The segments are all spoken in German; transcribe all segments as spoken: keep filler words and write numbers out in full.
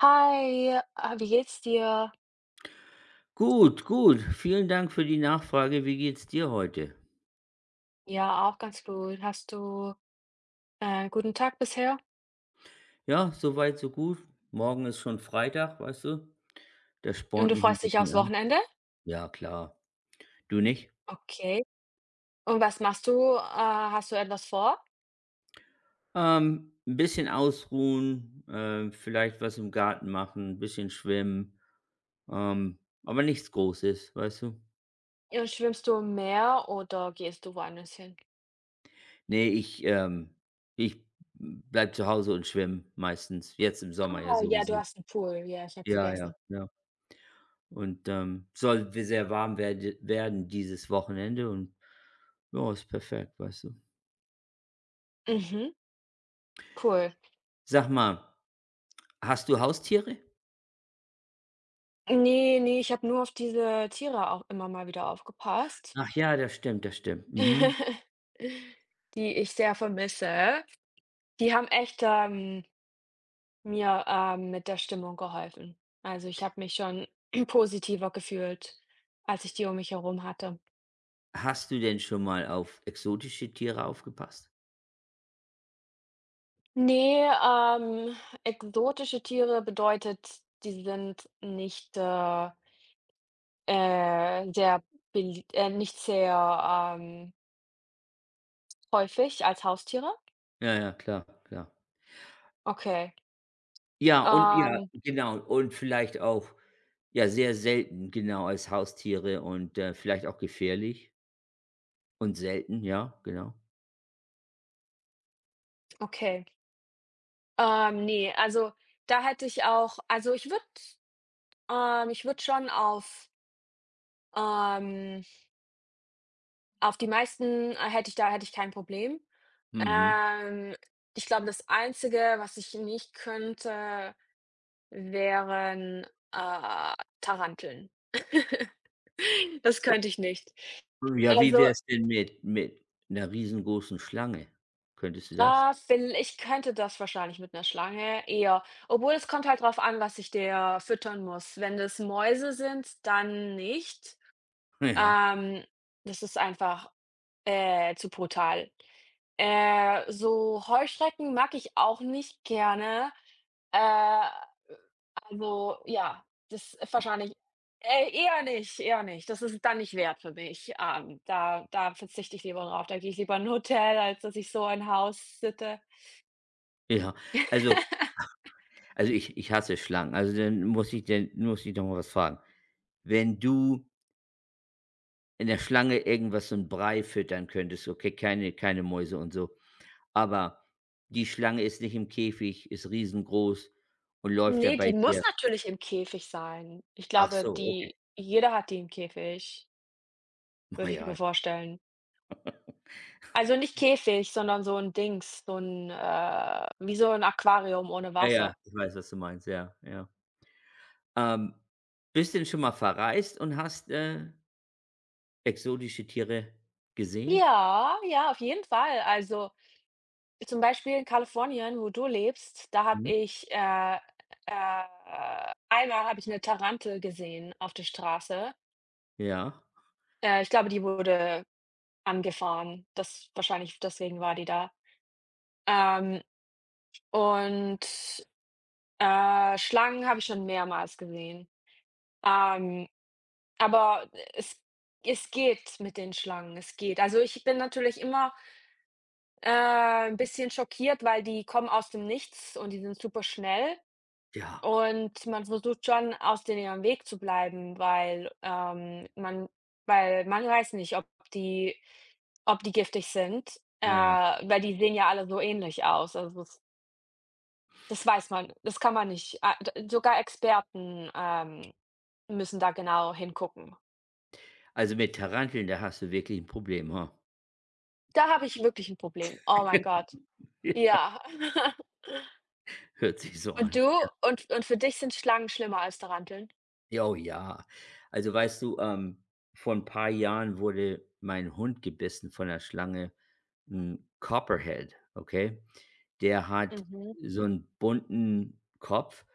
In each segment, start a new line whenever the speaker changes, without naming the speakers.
Hi, ah, wie geht's dir?
Gut, gut. Vielen Dank für die Nachfrage. Wie geht's dir heute?
Ja, auch ganz gut. Hast du äh, einen guten Tag bisher?
Ja, soweit so gut. Morgen ist schon Freitag, weißt du? Das
Und
spornt
du
mich ein
freust dich aufs
bisschen an.
Wochenende?
Ja, klar. Du nicht?
Okay. Und was machst du? Äh, hast du etwas vor?
Ähm, 'n bisschen ausruhen, ähm, vielleicht was im Garten machen, ein bisschen schwimmen, ähm, aber nichts Großes, weißt du?
Und schwimmst du im Meer oder gehst du woanders hin?
Ne, ich, ähm ich bleib zu Hause und schwimme meistens, jetzt im Sommer ja
Ah, ja, du
sowieso.
hast einen Pool. Ja, ich habe
Ja, ja,
vergessen.
ja. Und, ähm, soll w sehr warm werde werden dieses Wochenende und ja, ist perfekt, weißt du?
Mhm, cool.
Sag mal, hast du Haustiere?
Nee, nee, ich habe nur auf diese Tiere auch immer mal wieder aufgepasst,
Ach ja, das stimmt, das stimmt. Mhm.
die ich sehr vermisse. Die haben echt ähm, Mir, ähm, mit der Stimmung geholfen. Also, ich habe mich schon positiver gefühlt, als ich die um mich herum hatte.
Hast du denn schon mal auf exotische Tiere aufgepasst?
Ne, ähm, exotische Tiere bedeutet, die sind nicht, äh, äh, sehr belie äh, nicht sehr, ähm, häufig als Haustiere?
Ja, ja, klar, klar.
Okay,
Ja, und ja,
ähm,
genau. Und vielleicht auch ja, sehr selten, genau, als Haustiere und, äh, vielleicht auch gefährlich und selten, ja, genau.
okay. Ähm, ne, also, da hätte ich auch, also, ich würde ähm, ich würde schon auf, ähm Auf die meisten, äh, hätte ich da hätte ich kein Problem.
Mhm.
Ähm, Ich glaube, das Einzige, was ich nicht könnte, wären, äh, Taranteln. Das könnte ich nicht.
Ja, wie
Also,
wär's denn mit mit einer riesengroßen Schlange? Könntest du das?
ah, viell ich könnte das wahrscheinlich mit einer Schlange eher. Obwohl, es kommt halt drauf an, was ich der füttern muss. Wenn das Mäuse sind, dann nicht.
Ja,
Ähm, das ist einfach, äh, zu brutal. Äh, so Heuschrecken mag ich auch nicht gerne. Äh, also ja, das ist wahrscheinlich äh, eher nicht, eher nicht. Das ist dann nicht wert für mich. Ähm, da da verzichte ich lieber drauf. Da gehe ich lieber in ein Hotel, als dass ich so ein Haus sitte.
ja. Also also, ich ich hasse Schlangen. Also, dann muss ich denn muss ich doch mal was fragen. Wenn du in der Schlange irgendwas so ein Brei füttern könntest, okay, keine keine Mäuse und so, aber die Schlange ist nicht im Käfig, ist riesengroß und läuft ja
Ne,
bei
die muss
dir.
natürlich im Käfig sein. Ich
Ach
glaube,
so, okay.
die jeder hat die im Käfig,
Na
würde ich mir
ja.
vorstellen. Also nicht Käfig, sondern so ein Dings, so ein äh wie so ein Aquarium ohne
Ja, ja,
Wasser.
ich weiß, was du meinst. Ja, ja. Ähm, bist denn schon mal verreist und hast, äh, exotische Tiere gesehen?
Ja, ja, auf jeden Fall. Also, zum Beispiel in Kalifornien, wo du lebst, da habe
Mhm.
ich, äh, äh einmal habe ich eine Tarantel gesehen auf der Straße.
Ja.
Äh, ich glaube, die wurde angefahren. Das wahrscheinlich deswegen war die da. Ähm, und, äh, Schlangen habe ich schon mehrmals gesehen. Ähm, aber es es geht mit den Schlangen, es geht. Also, ich bin natürlich immer Äh, 'n bisschen schockiert, weil die kommen aus dem Nichts und die sind super schnell
Ja,
und man versucht schon, aus denen am Weg zu bleiben, weil, ähm, man weil man weiß nicht, ob die ob die giftig sind, äh,
ja, ja.
weil die sehen ja alle so ähnlich aus. Also, das das weiß man, das kann man nicht, a d sogar Experten ähm, müssen da genau hingucken.
Also, mit Taranteln, da hast du wirklich ein Problem, ha?
Da habe ich wirklich ein Problem. Oh mein Gott.
Ja.
Ja.
Hört sich so
Und
an.
du? Und und für dich sind Schlangen schlimmer als Taranteln?
Ja, oh ja. Also, weißt du, ähm, vor ein paar Jahren wurde mein Hund gebissen von 'ner Schlange, 'n Copperhead, okay? Der hat
Mhm,
so einen bunten Kopf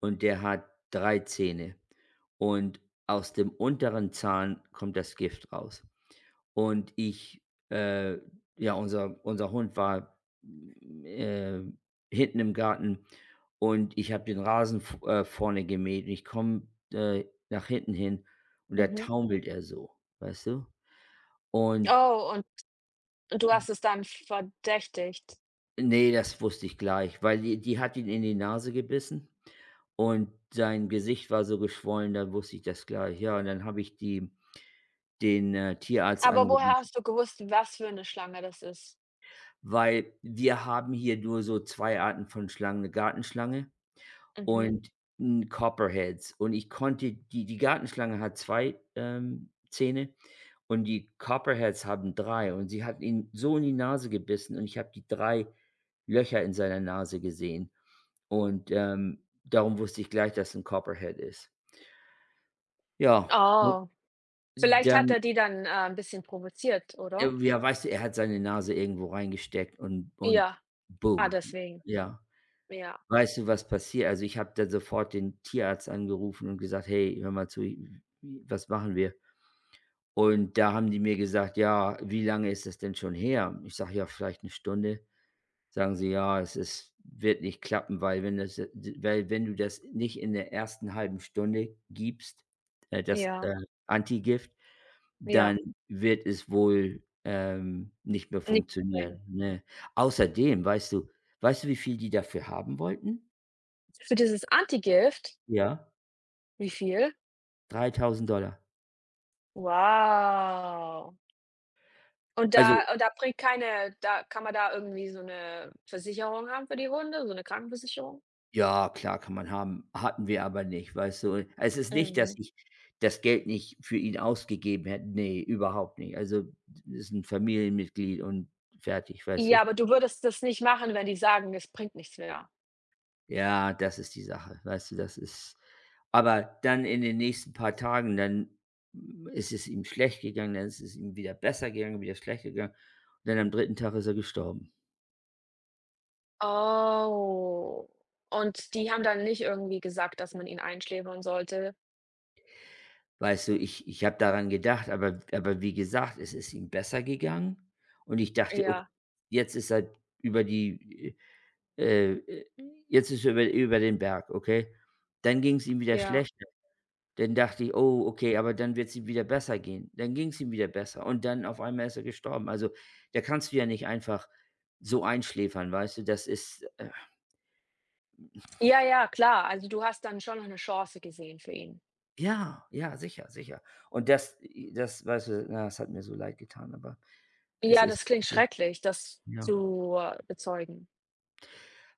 und der hat drei Zähne und aus dem unteren Zahn kommt das Gift raus. Und ich äh, ja, unser unser Hund war, hm, äh, hinten im Garten und ich habe den Rasen v äh, vorne gemäht und ich komme, äh, nach hinten hin und da
mhm.
taumelt er so, weißt du? Und
Oh, und und du hast es dann verdächtigt.
nee, das wusste ich gleich, weil die die hat ihn in die Nase gebissen und sein Gesicht war so geschwollen, da wusste ich das gleich. Ja, und dann habe ich die den, äh, Tierarzt
Aber
angerufen.
woher hast du gewusst, was für 'ne Schlange das ist?
Weil wir haben hier nur so zwei Arten von Schlangen, eine Gartenschlange
Mhm.
und 'n Copperheads. Und ich konnte die, die Gartenschlange hat zwei ähm, Zähne und die Copperheads haben drei. Und sie hat ihn so in die Nase gebissen und ich habe die drei Löcher in seiner Nase gesehen. Und, ähm, darum wusste ich gleich, dass 'n Copperhead ist. Ja, und
Oh, vielleicht hat
dann
er die dann, äh, 'n bisschen provoziert,
äh,
oder?
ja, weißt du, er hat seine Nase irgendwo reingesteckt und und
Ja, ah,
boom.
deswegen.
Ja.
Ja,
Weißt du, was passiert? Also, ich habe dann sofort den Tierarzt angerufen und gesagt: „Hey, hör mal zu, w was machen wir?“ Und da haben die mir gesagt: „Ja, wie lange ist das denn schon her?“ Ich sage: „Ja, vielleicht eine Stunde.“ Sagen sie: „Ja, es ist wird nicht klappen, weil wenn das weil wenn du das nicht in der ersten halben Stunde gibst, äh, das,
ja,
äh, Antigift, dann
ja.
wird es wohl, ähm, nicht mehr
Nicht streng.
funktionieren“, ne? Außerdem, weißt du weißt du, wie viel die dafür haben wollten?
Für dieses Antigift?
Ja.
Wie viel?
dreitausend.
Wow. Und
Also,
da und da bringt keine, da kann man da irgendwie so 'ne Versicherung haben für die Hunde, so 'ne Krankenversicherung?
ja, klar kann man haben, hatten wir aber nicht, weißt du? Es ist nicht, dass
Mhm.
ich das Geld nicht für ihn ausgegeben hätte. Nee, überhaupt nicht. Also, ist ein Familienmitglied und fertig, weißt du?
Ja, aber du würdest das nicht machen, wenn die sagen: „Es bringt nichts mehr."
Ja, das ist die Sache, weißt du, das ist aber dann in den nächsten paar Tagen, dann ist es ihm schlecht gegangen, dann ist es ihm wieder besser gegangen, wieder schlecht gegangen und dann am dritten Tag ist er gestorben.
Oh, und die haben dann nicht irgendwie gesagt, dass man ihn einschläfern sollte?
Weißt du, ich ich habe daran gedacht, aber aber wie gesagt, es ist ihm besser gegangen und ich dachte: „Okay,
Ja,
jetzt ist er über die äh, äh, jetzt ist er über über den Berg“, okay? Dann ging es ihm wieder
ja.
schlechter. Dann dachte ich: „Oh, okay, aber dann wird es ihm wieder besser gehen.“ Dann ging es ihm wieder besser und dann auf einmal ist er gestorben. Also, da kannst du ja nicht einfach so einschläfern, weißt du? Das ist äh,
Ja, ja, klar. Also, du hast dann schon noch 'ne Chance gesehen für ihn.
ja, ja, sicher, sicher. Und das das weißt du, na, das hat mir so leid getan, aber es
Ja,
ist.
das klingt schrecklich, das
Ja.
zu, äh, bezeugen.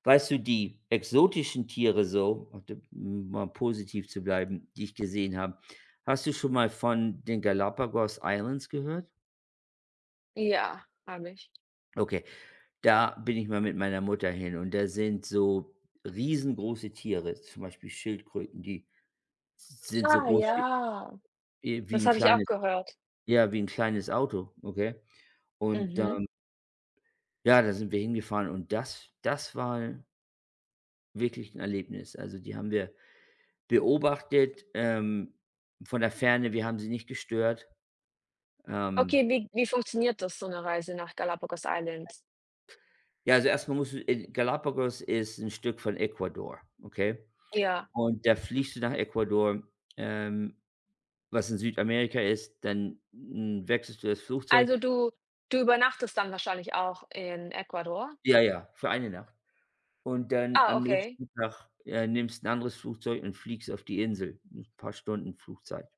Weißt du, die exotischen Tiere so, auf de um mal positiv zu bleiben, die ich gesehen habe. Hast du schon mal von den Galapagos Islands gehört?
Ja, habe ich.
Okay, da bin ich mal mit meiner Mutter hin und da sind so riesengroße Tiere, zum Beispiel Schildkröten, die sind so
Ah,
groß wie
ja,
äh, wie
das
'n
habe ich auch
kleines
gehört.
ja, wie ein kleines Auto, okay? Und,
Mhm.
ähm, ja, da sind wir hingefahren und das das war wirklich ein Erlebnis. Also, die haben wir beobachtet, ähm, von der Ferne, wir haben sie nicht gestört. Ähm,
Okay, wie wie funktioniert das, so 'ne Reise nach Galapagos Island?
ja, also erstmal mal musst du in Galapagos, ist ein Stück von Ecuador, okay?
Ja.
Und da fliegst du nach Ecuador, ähm, was in Südamerika ist, dann, hm, wechselst du das Flugzeug.
Also, du du übernachtest dann wahrscheinlich auch in Ecuador?
Ja, ja, für eine Nacht. Und dann
Ah,
am
okay.
nächsten Tag, äh, nimmst ein anderes Flugzeug und fliegst auf die Insel. Ein paar Stunden Flugzeit.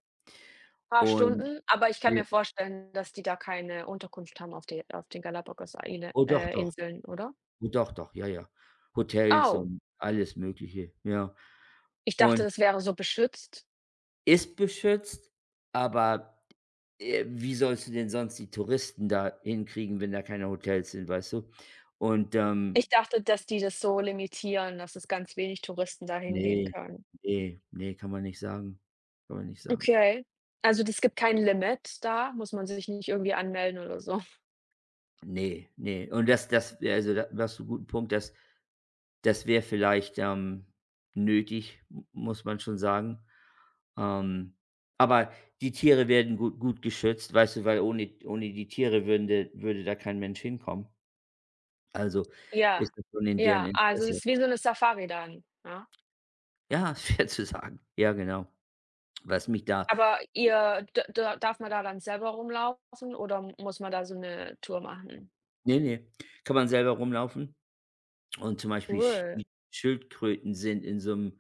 Paar
Und
Stunden, aber ich kann
wir
mir vorstellen, dass die da keine Unterkunft haben auf de auf den Galapagos-Eile
oh doch,
äh,
doch.
Inseln, oder?
Oh, doch, doch, ja, ja. Hotels
Oh,
und alles Mögliche, ja.
ich dachte,
Und
das wäre so beschützt.
ist beschützt, aber, äh, wie sollst du denn sonst die Touristen da hinkriegen, wenn da keine Hotels sind, weißt du? Und, ähm,
Ich dachte, dass die das so limitieren, dass es ganz wenig Touristen da hingehen
nee,
können.
nee, ne, kann man nicht sagen. Kann man nicht sagen.
Okay. Also, es gibt kein Limit da? Muss man sich nicht irgendwie anmelden oder so?
Nee, nee. Und das das also, da da hast du 'n guten Punkt, das das wäre vielleicht, ähm, nötig, m muss man schon sagen. Ähm, aber die Tiere werden gut gut geschützt, weißt du, weil ohne ohne die Tiere würden würde da kein Mensch hinkommen. Also, ist
Ja,
das schon in deren
ja, also, es
Interesse.
ist wie so eine Safari dann, ja?
Ja, ist schwer zu sagen. Ja, genau. Was mich da
Aber ihr d da darf man da dann selber rumlaufen oder muss man da so eine Tour machen?
ne, ne, kann man selber rumlaufen und zum Beispiel Sch
Cool.
die Schildkröten sind in so einem,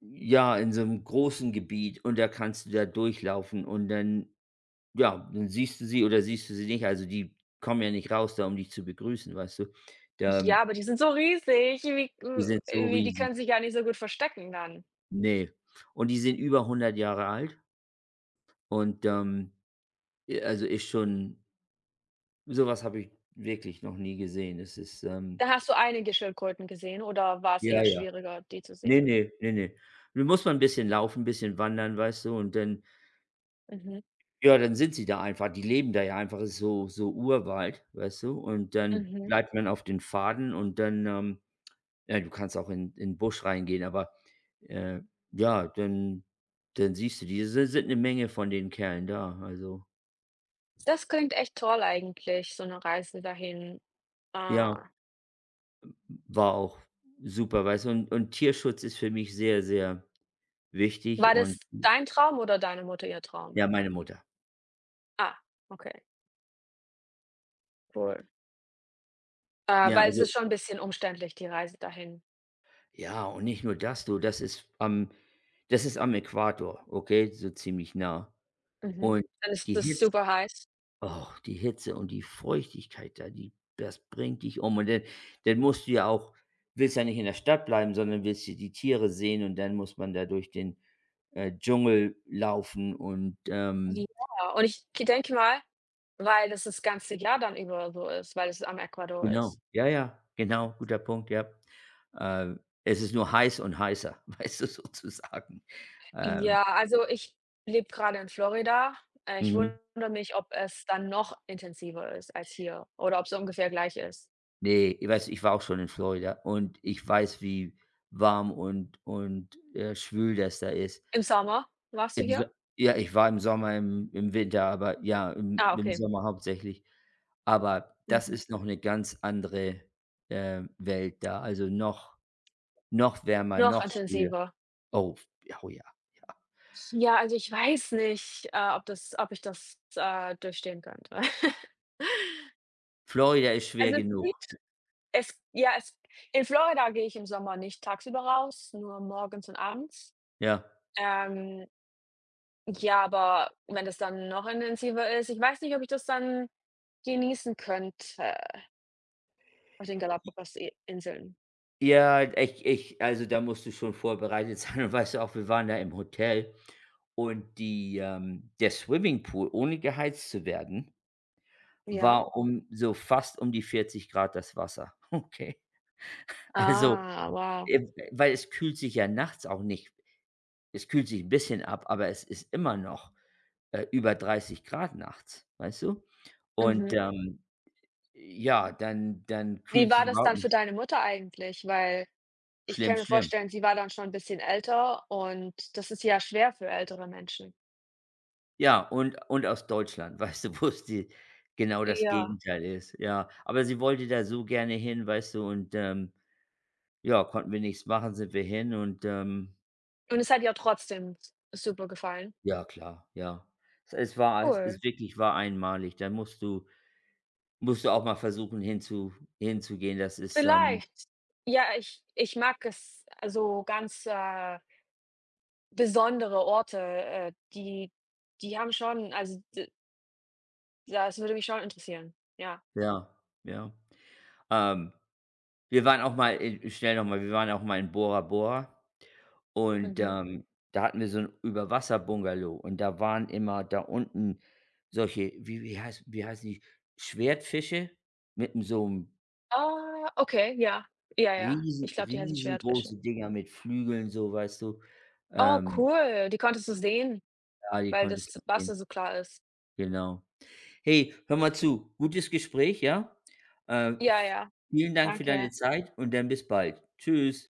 ja, in so einem großen Gebiet und da kannst du da durchlaufen und dann, ja, dann siehst du sie oder siehst du sie nicht. Also, die kommen ja nicht raus da, um dich zu begrüßen, weißt du? Da
Ja, aber die sind so riesig, wie
die sind
hm,
so
wie die
riesig.
können sich ja nicht so gut verstecken dann.
Ne. Und die sind über hundert Jahre alt und, ähm, äh, also, ist schon, so was habe ich wirklich noch nie gesehen. Das ist, ähm
Da hast du einige Schildkröten gesehen oder war es
ja,
eher
ja.
schwieriger, die zu
Ne,
sehen?
ne, ne, ne. Nun muss man 'n bisschen laufen, bisschen wandern, weißt du? Und dann
Mhm,
ja, dann sind sie da einfach. Die leben da ja einfach. Ist so so Urwald, weißt du? Und dann
mhm.
bleibt man auf den Pfaden und dann, ähm ja, du kannst auch in in 'n Busch reingehen, aber, äh, ja, dann dann siehst du diese. Es si Sind eine Menge von den Kerlen da. Also,
Das klingt echt toll eigentlich, so eine Reise dahin.
ja,
Ah.
war auch super, weißt du? Und und Tierschutz ist für mich sehr, sehr wichtig
War
und
das dein Traum oder deine Mutter ihr Traum?
ja, meine Mutter.
Ah, okay, cool. Äh,
Ja,
weil es
also
ist schon ein bisschen umständlich, die Reise dahin.
ja, und nicht nur das, du, das ist am das ist am Äquator, okay, so ziemlich nah.
Mhm.
Und
Dann ist
die
es
Hitze.
super heiß.
Oh, die Hitze und die Feuchtigkeit da, die das bringt dich um. Und dann dann musst du ja auch, willst ja nicht in der Stadt bleiben, sondern willst ja die Tiere sehen und dann muss man da durch den, äh, Dschungel laufen und, ähm
Ja, und ich denke mal, weil das das ganze Jahr dann über so ist, weil es am Ecuador
genau.
ist.
Ja, ja, genau, guter Punkt, ja. Äh, es ist nur heiß und heißer, weißt du, sozusagen. Ähm,
Ja, also ich lebe gerade in Florida. Äh, ich
mhm.
wundere mich, ob es dann noch intensiver ist als hier oder ob es ungefähr gleich ist.
Ne, ich weiß, ich war auch schon in Florida und ich weiß, wie warm und und, äh, schwül das da ist.
Im Sommer warst du
Im So
hier?
ja, ich war im Sommer, im im Winter, aber ja, im
Ah,
im
okay.
Sommer hauptsächlich. Aber das
Mhm.
ist noch 'ne ganz andere, äh, Welt da, also noch noch wärmer,
Noch
noch schwüler.
intensiver.
Oh, f oh ja, ja.
Ja, also ich weiß nicht, äh, ob das ob ich das, äh, durchstehen könnte.
Florida ist schwer
Also, es
genug,
geht es ja, es in Florida gehe ich im Sommer nicht tagsüber raus, nur morgens und abends.
ja.
Ähm, ja, aber wenn das dann noch intensiver ist, ich weiß nicht, ob ich das dann genießen könnte auf den Galapagos Inseln.
Ja, ich ich also da musst du schon vorbereitet sein und weißt du auch, wir waren da im Hotel und die, ähm der Swimmingpool, ohne geheizt zu werden,
Ja?
war um so fast um die vierzig Grad das Wasser. Okay. Also,
Ah, wow.
Äh, weil es kühlt sich ja nachts auch nicht, es kühlt sich ein bisschen ab, aber es ist immer noch, äh, über dreißig Grad nachts, weißt du? Und,
Mhm.
ähm, ja, dann dann
Wie
kühlt
war
sich
das
überhaupt
dann für
nicht.
deine Mutter eigentlich? Weil ich
Schlimm,
kann mir
schlimm.
vorstellen, sie war dann schon ein bisschen älter und das ist ja schwer für ältere Menschen.
Ja, und und aus Deutschland, weißt du, wo's die genau das
Ja.
Gegenteil ist, ja. Aber sie wollte da so gerne hin, weißt du, und, ähm, ja, konnten wir nichts machen, sind wir hin und, ähm
Und es hat ihr trotzdem super gefallen?
ja klar, ja. Es es war es
Cool.
ist wirklich war einmalig. Da musst du Musst du auch mal versuchen, hinzu hinzugehen. Das ist, ähm
Vielleicht. Ja, ich ich mag es, also, ganz, äh, besondere Orte, äh, die die haben schon, also, d das würde mich schon interessieren. Ja.
ja, ja. Ähm, wir waren auch mal in äh, schnell noch mal, wir waren auch mal in Bora Bora und,
Mhm.
ähm, da hatten wir so ein Überwasser-Bungalow und da waren immer da unten solche, wie wie heißt wie heißen die? Schwertfische mit 'n so einem,
Ah, okay, ja. Ja, ja. Ich
riesen
glaube, die heißen
riesengroße
Schwertfische.
Dinger mit Flügeln, so, weißt du?
Oh,
Ähm,
cool. Die konntest du sehen,
ja, die
weil das
konntest du sehen,
Wasser so klar ist.
genau. Hey, hör mal zu. Gutes Gespräch, ja? Äh,
Ja, ja,
vielen Dank für deine
danke.
Zeit und dann bis bald. Tschüss.